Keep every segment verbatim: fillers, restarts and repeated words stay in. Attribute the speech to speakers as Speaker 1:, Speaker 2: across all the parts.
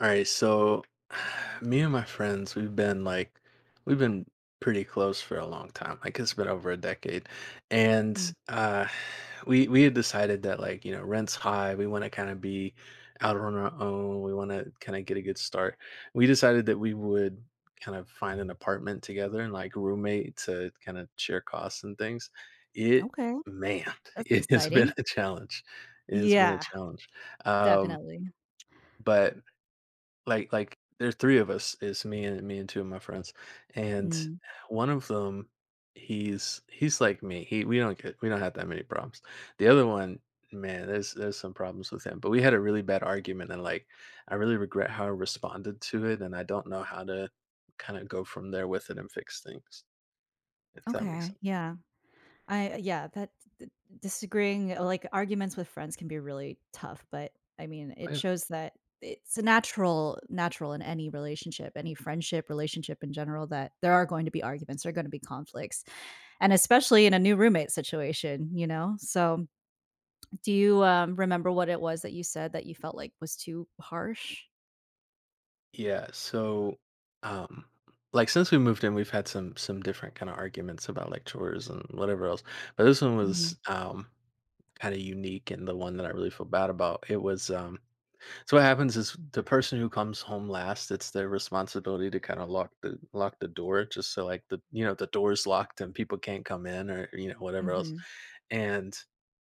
Speaker 1: All right, so me and my friends, we've been like, we've been pretty close for a long time. Like it's been over a decade, and
Speaker 2: Mm,
Speaker 1: uh, we we had decided that like you know rent's high. We want to kind of be out on our own. We want to kind of get a good start. We decided that we would kind of find an apartment together and like roommate to kind of share costs and things. It
Speaker 2: okay,
Speaker 1: man,
Speaker 2: that's
Speaker 1: it has been
Speaker 2: exciting.
Speaker 1: a challenge. It has been a
Speaker 2: Yeah,
Speaker 1: challenge. Um,
Speaker 2: definitely.
Speaker 1: but like like, there's three of us, it's me and me and two of my friends, and
Speaker 2: Mm,
Speaker 1: one of them, he's he's like me, he we don't get we don't have that many problems. The other one, man, there's there's some problems with him, but we had a really bad argument, and, like, I really regret how I responded to it, and I don't know how to kinda go from there with it and fix things, if that makes
Speaker 2: okay,
Speaker 1: sense.
Speaker 2: yeah. I Yeah, that d disagreeing, like, arguments with friends can be really tough, but, I mean, it
Speaker 1: Yeah.
Speaker 2: shows that it's a natural natural in any relationship, any friendship, relationship in general, that there are going to be arguments, there are gonna be conflicts, and especially in a new roommate situation, you know? So, do you, um, remember what it was that you said that you felt like was too harsh?
Speaker 1: Yeah, so, um, like, since we moved in, we've had some some different kinda arguments about, like, chores and whatever else, but this one
Speaker 2: Mhm,
Speaker 1: was, um kind of unique and the one that I really feel bad about. It was um so what happens is the person who comes home last, it's their responsibility to kind of lock the lock the door, just so like the you know the door's locked and people can't come in or you know whatever else.
Speaker 2: mhm,
Speaker 1: And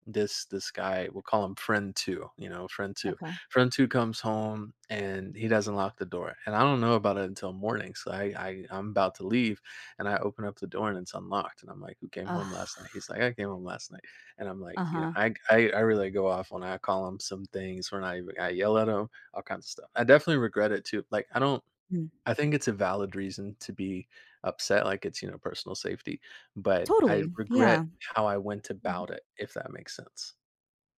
Speaker 1: this this guy, we'll call him friend two, you know, friend two.
Speaker 2: okay.
Speaker 1: Friend two comes home and he doesn't lock the door. And I don't know about it until morning. So I, I I'm about to leave and I open up the door and it's unlocked. And I'm like, who came home
Speaker 2: Ugh,
Speaker 1: last night? He's like, I came home last night. And I'm like, you know,
Speaker 2: uh-huh.
Speaker 1: I, I I really go off. When I call them some things, when I I yell at them, all kinds of stuff. I definitely regret it too. Like, I don't—
Speaker 2: Mm.
Speaker 1: I think it's a valid reason to be upset, like it's you know personal safety, but I
Speaker 2: Totally, yeah.
Speaker 1: regret how I went
Speaker 2: Mhm,
Speaker 1: about it, if that makes sense.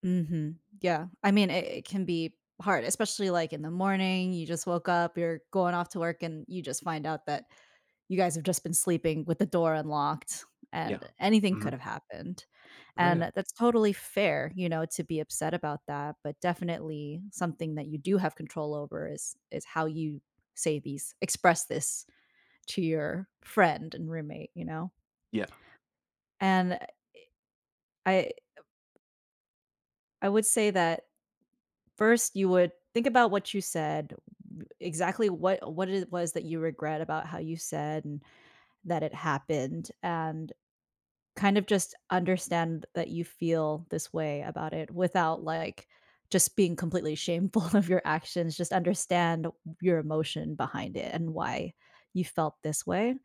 Speaker 2: mhm, yeah. I mean, it it can be hard, especially, like, in the morning, you just woke up, you're going off to work, and you just find out that you guys have just been sleeping with the door unlocked, and
Speaker 1: Yeah.
Speaker 2: anything
Speaker 1: hmm
Speaker 2: could have happened,
Speaker 1: Oh
Speaker 2: and
Speaker 1: yeah.
Speaker 2: that's totally fair, you know, to be upset about that, but definitely something that you do have control over is is how you say, these express, this to your friend and roommate, you know?
Speaker 1: Yeah.
Speaker 2: And I I would say that, first, you would think about what you said, w exactly what what it was that you regret about how you said and that it happened, and kind of just understand that you feel this way about it without, like, just being completely shameful of your actions, just understand your emotion behind it and why you felt this way,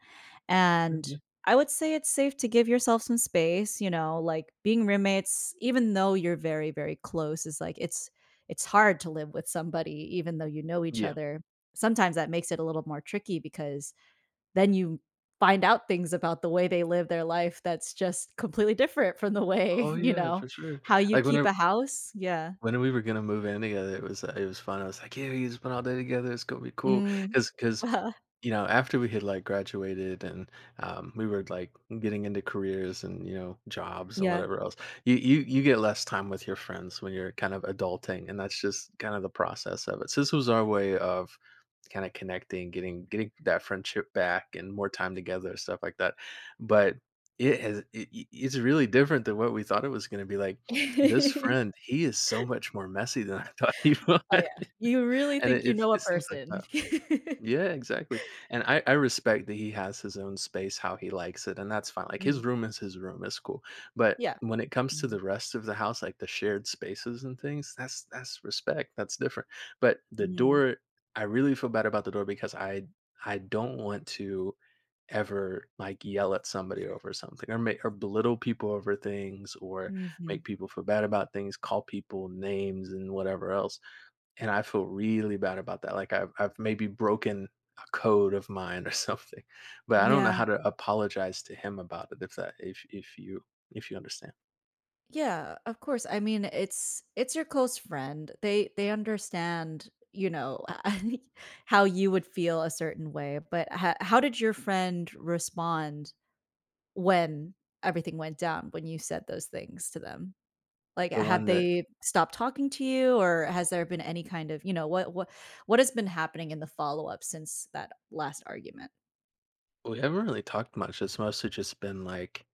Speaker 2: and
Speaker 1: Mhm.
Speaker 2: I would say it's safe to give yourself some space, you know, like, being roommates, even though you're very, very close, is like it's it's hard to live with somebody even though you know each
Speaker 1: Yeah.
Speaker 2: other. Sometimes that makes it a little more tricky because then you find out things about the way they live their life that's just completely different from the way,
Speaker 1: Oh
Speaker 2: you
Speaker 1: yeah,
Speaker 2: know,
Speaker 1: for sure.
Speaker 2: how you
Speaker 1: Like
Speaker 2: keep
Speaker 1: whenever
Speaker 2: a house. Yeah.
Speaker 1: when we were gonna move in together, it was uh, it was fun. I was like, yeah, we just spent all day together. It's gonna be cool.
Speaker 2: Mm.
Speaker 1: Because you know, after we had like graduated and um, we were like getting into careers and you know jobs and
Speaker 2: Yeah.
Speaker 1: whatever else, you you you get less time with your friends when you're kind of adulting, and that's just kind of the process of it. So this was our way of kind of connecting, getting getting that friendship back, and more time together, stuff like that. But it has it, it- it's really different than what we thought it was going to be like. This friend, he is so much more messy than I thought he was,
Speaker 2: Oh, yeah. You really
Speaker 1: and
Speaker 2: think
Speaker 1: it,
Speaker 2: you
Speaker 1: it's
Speaker 2: know a
Speaker 1: it's things like
Speaker 2: person.
Speaker 1: that. Yeah, exactly. And I, I respect that he has his own space, how he likes it, and that's fine. Like
Speaker 2: Mm.
Speaker 1: his room is his room, it's cool. But
Speaker 2: Yeah.
Speaker 1: when it comes to
Speaker 2: Mm.
Speaker 1: the rest of the house, like the shared spaces and things, that's that's respect. That's different. But the
Speaker 2: Mhm.
Speaker 1: door, I really feel bad about the door because I I don't want to ever like yell at somebody over something or make or belittle people over things or
Speaker 2: Mhm.
Speaker 1: make people feel bad about things, call people names and whatever else. And I feel really bad about that, like, I've I've maybe broken a code of mine or something, but I don't know
Speaker 2: Yeah.
Speaker 1: how to apologize to him about it, if that if if you if you understand.
Speaker 2: Yeah, of course. I mean, it's it's your close friend. They they understand, you know, how you would feel a certain way, but ho how did your friend respond when everything went down, when you said those things to them? Like,
Speaker 1: The
Speaker 2: have
Speaker 1: one that
Speaker 2: they stopped talking to you, or has there been any kind of, you know, what what what has been happening in the follow-up since that last argument?
Speaker 1: we haven't really talked much, it's mostly just been, like,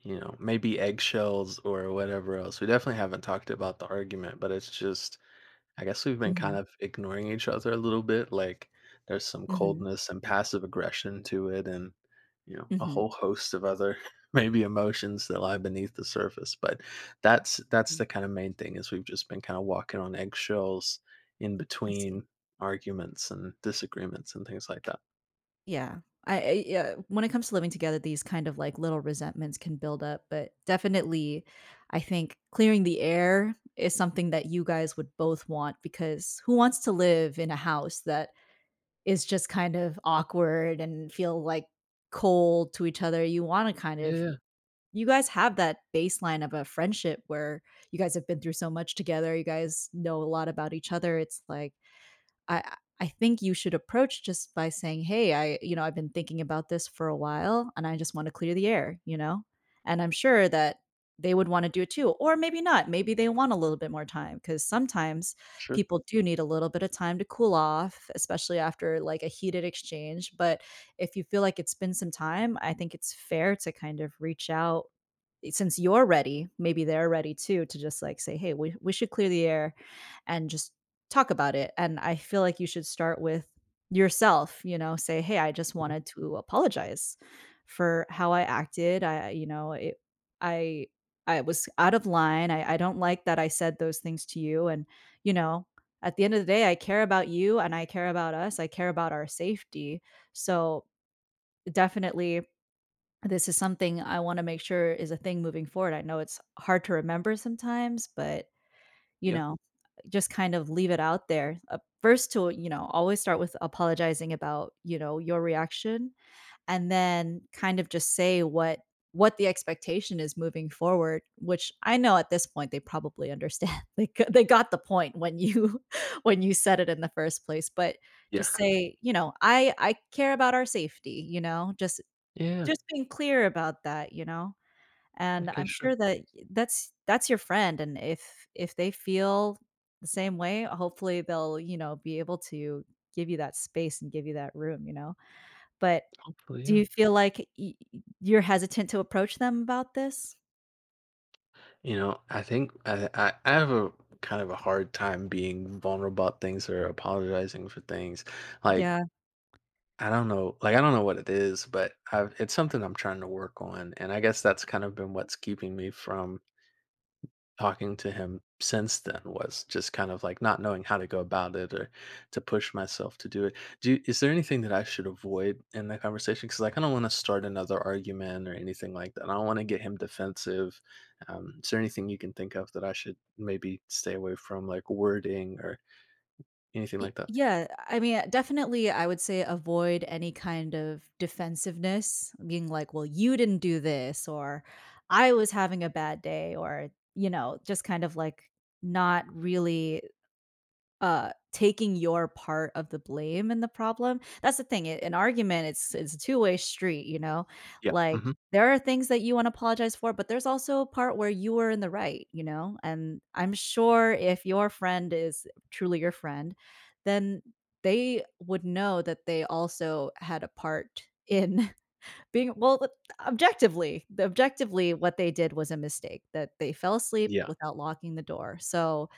Speaker 1: you know, maybe eggshells or whatever else. We definitely haven't talked about the argument, but it's just— I guess we've been kind
Speaker 2: Mhm,
Speaker 1: of ignoring each other a little bit. Like there's some
Speaker 2: mhm,
Speaker 1: coldness and passive aggression to it, and you know a
Speaker 2: mhm,
Speaker 1: whole host of other maybe emotions that lie beneath the surface. But that's that's
Speaker 2: mm,
Speaker 1: the kind of main thing is we've just been kind of walking on eggshells in
Speaker 2: I see.
Speaker 1: between arguments and disagreements and things like that.
Speaker 2: Yeah. I I Yeah, when it comes to living together, these kind of, like, little resentments can build up, but definitely, I think clearing the air is something that you guys would both want, because who wants to live in a house that is just kind of awkward and feel, like, cold to each other? You wanna kind
Speaker 1: Yeah,
Speaker 2: of,
Speaker 1: yeah,
Speaker 2: you guys have that baseline of a friendship where you guys have been through so much together, you guys know a lot about each other. It's like, I I think you should approach, just by saying, "Hey, I you know, I've been thinking about this for a while and I just wanna clear the air," you know? And I'm sure that they would wanna do it too, or maybe not, maybe they want a little bit more time, because sometimes
Speaker 1: sure.
Speaker 2: people do need a little bit of time to cool off, especially after, like, a heated exchange, but if you feel like it's been some time, I think it's fair to kind of reach out, eh, since you're ready, maybe they're ready too, to just, like, say, "Hey, we we should clear the air," and just talk about it. And I feel like you should start with yourself, you know, say, "Hey, I just
Speaker 1: Mhm.
Speaker 2: wanted to apologize for how I acted. I you know, it I I was out of line. I I don't like that I said those things to you, and, you know, at the end of the day, I care about you and I care about us. I care about our safety. So, definitely, this is something I wanna make sure is a thing moving forward. I know it's hard to remember sometimes, but, you
Speaker 1: Yeah,
Speaker 2: know, just kind of leave it out there." Uh, first, to, you know, always start with apologizing about, you know, your reaction, and then kind of just say what what the expectation is moving forward, which I know at this point they probably understand. They g they got the point when you when you said it in the first place, but
Speaker 1: yeah,
Speaker 2: just say, you know, "I I care about our safety," you know, just
Speaker 1: yeah.
Speaker 2: just being clear about that, you know? And
Speaker 1: Okay,
Speaker 2: I'm
Speaker 1: sure.
Speaker 2: sure that y that's that's your friend, and if if they feel the same way, hopefully they'll, you know, be able to give you that space and give you that room, you know? But
Speaker 1: Hopefully,
Speaker 2: do
Speaker 1: yeah.
Speaker 2: you feel like y y you're hesitant to approach them about this?
Speaker 1: You know, I think I, I I have a kind of a hard time being vulnerable about things or apologizing for things. Like
Speaker 2: Yeah.
Speaker 1: I don't know, like I don't know what it is, but I've, it's something I'm trying to work on, and I guess that's kind of been what's keeping me from talking to him since then was just kind of like not knowing how to go about it or to push myself to do it. Do is there anything that I should avoid in the conversation? Because like I don't want to start another argument or anything like that. I don't want to get him defensive. Um, is there anything you can think of that I should maybe stay away from, like wording or anything
Speaker 2: Y
Speaker 1: like that?
Speaker 2: Yeah, I mean, definitely, I would say avoid any kind of defensiveness, being like, "Well, you didn't do this," or, "I was having a bad day," or, you know, just kind of like not really, Uh, taking your part of the blame in the problem. That's the thing, I an argument, it's it's a two-way street, you know?
Speaker 1: Yeah.
Speaker 2: Like,
Speaker 1: hmm
Speaker 2: there are things that you wanna apologize for, but there's also a part where you were in the right, you know? And I'm sure if your friend is truly your friend, then they would know that they also had a part in being, well, th objectively the objectively, what they did was a mistake, that they fell asleep
Speaker 1: Yeah.
Speaker 2: without locking the door. So,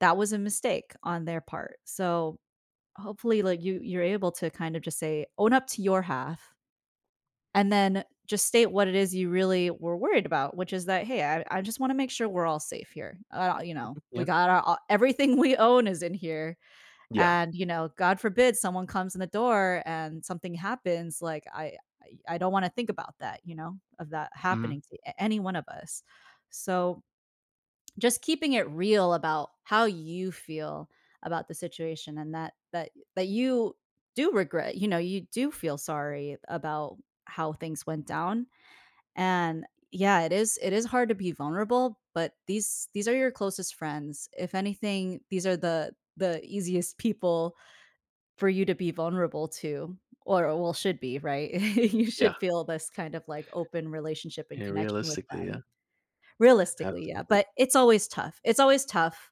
Speaker 2: that was a mistake on their part. So, hopefully, like, you you're able to kind of just say, own up to your half, and then just state what it is you really were worried about, which is that, "Hey, I I just wanna make sure we're all safe here. Uh, you know, we
Speaker 1: Yeah.
Speaker 2: got our, all everything we own is in here,
Speaker 1: Yeah.
Speaker 2: and, you know, God forbid someone comes in the door and something happens, like, I I I don't wanna think about that, you know, of that
Speaker 1: hmm
Speaker 2: happening to a any one of us." So, just keeping it real about how you feel about the situation, and that that that you do regret, you know, you do feel sorry about how things went down. And yeah, it is it is hard to be vulnerable, but these these are your closest friends. If anything, these are the the easiest people for you to be vulnerable to, or, well, should be, right? You
Speaker 1: Yeah.
Speaker 2: should feel this kind of, like, open relationship and
Speaker 1: And
Speaker 2: connection with
Speaker 1: realistically,
Speaker 2: them.
Speaker 1: yeah,
Speaker 2: Realistically, yeah, but
Speaker 1: absolutely.
Speaker 2: it's always tough, it's always tough,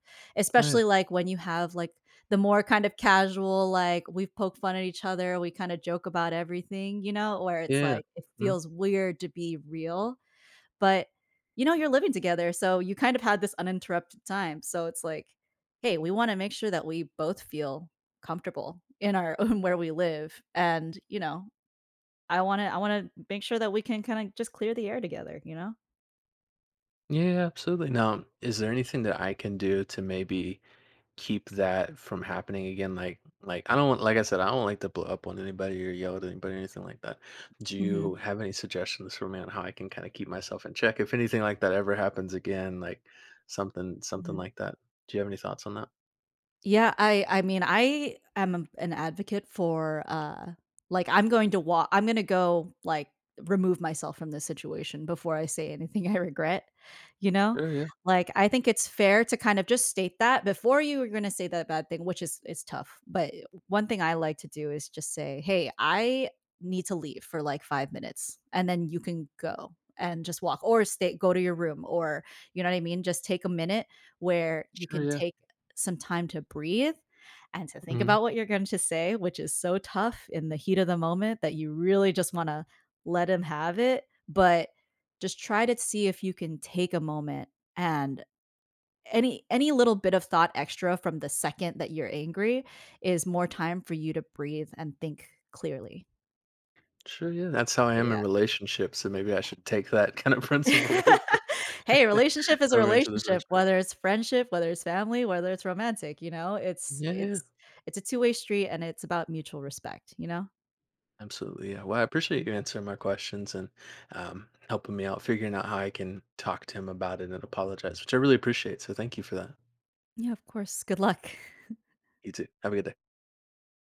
Speaker 1: Oh yeah.
Speaker 2: especially, like, when you have, like, the more kind of casual, like we've poked fun at each other, we kind of joke about everything, you know, where it's
Speaker 1: Yeah.
Speaker 2: like it
Speaker 1: Yeah.
Speaker 2: feels weird to be real. But, you know, you're living together, so you kind of had this uninterrupted time, so it's like, "Hey, we want to make sure that we both feel comfortable in our own, where we live, and, you know, i want to i want to make sure that we can kind of just clear the air together, you know."
Speaker 1: Yeah, yeah, absolutely. Now, is there anything that I can do to maybe keep that from happening again? Like, like I don't want, like I said, I don't like to blow up on anybody or yell at anybody or anything like that. Do
Speaker 2: hmm
Speaker 1: you have any suggestions for me on how I can kind of keep myself in check if anything like that ever happens again? Like something, something like that. Do you have any thoughts on that?
Speaker 2: Yeah, I I mean, I am a- an advocate for, uh, like, I'm going to walk I'm gonna go, like, remove myself from this situation before I say anything I regret, you know?
Speaker 1: Sure, yeah.
Speaker 2: Like, I think it's fair to kind of just state that before you are gonna say that bad thing, which is, it's tough, but one thing I like to do is just say, "Hey, I need to leave for, like, five minutes," and then you can go and just walk, or stay go to your room, or, you know what I mean? Just take a minute where you
Speaker 1: Sure,
Speaker 2: can
Speaker 1: yeah.
Speaker 2: take some time to breathe and to think
Speaker 1: hmm
Speaker 2: about what you're going to say, which is so tough in the heat of the moment that you really just want to let him have it, but just try to see if you can take a moment, and any, any little bit of thought extra from the second that you're angry is more time for you to breathe and think clearly.
Speaker 1: Sure, yeah. That's how I
Speaker 2: But
Speaker 1: am in
Speaker 2: yeah.
Speaker 1: relationships. So maybe I should take that kind of principle over
Speaker 2: Hey, relationship is a
Speaker 1: over into the
Speaker 2: relationship,
Speaker 1: friendship.
Speaker 2: whether it's friendship, whether it's family, whether it's romantic, you know? It's
Speaker 1: Yeah, yeah,
Speaker 2: it's it's a two-way street, and it's about mutual respect, you know?
Speaker 1: absolutely. Yeah. Well, I appreciate
Speaker 2: Mm.
Speaker 1: you answering my questions and um, helping me out, figuring out how I can talk to him about it and apologize, which I really appreciate. So thank you for that.
Speaker 2: Yeah, of course. Good luck.
Speaker 1: You too. Have a good day.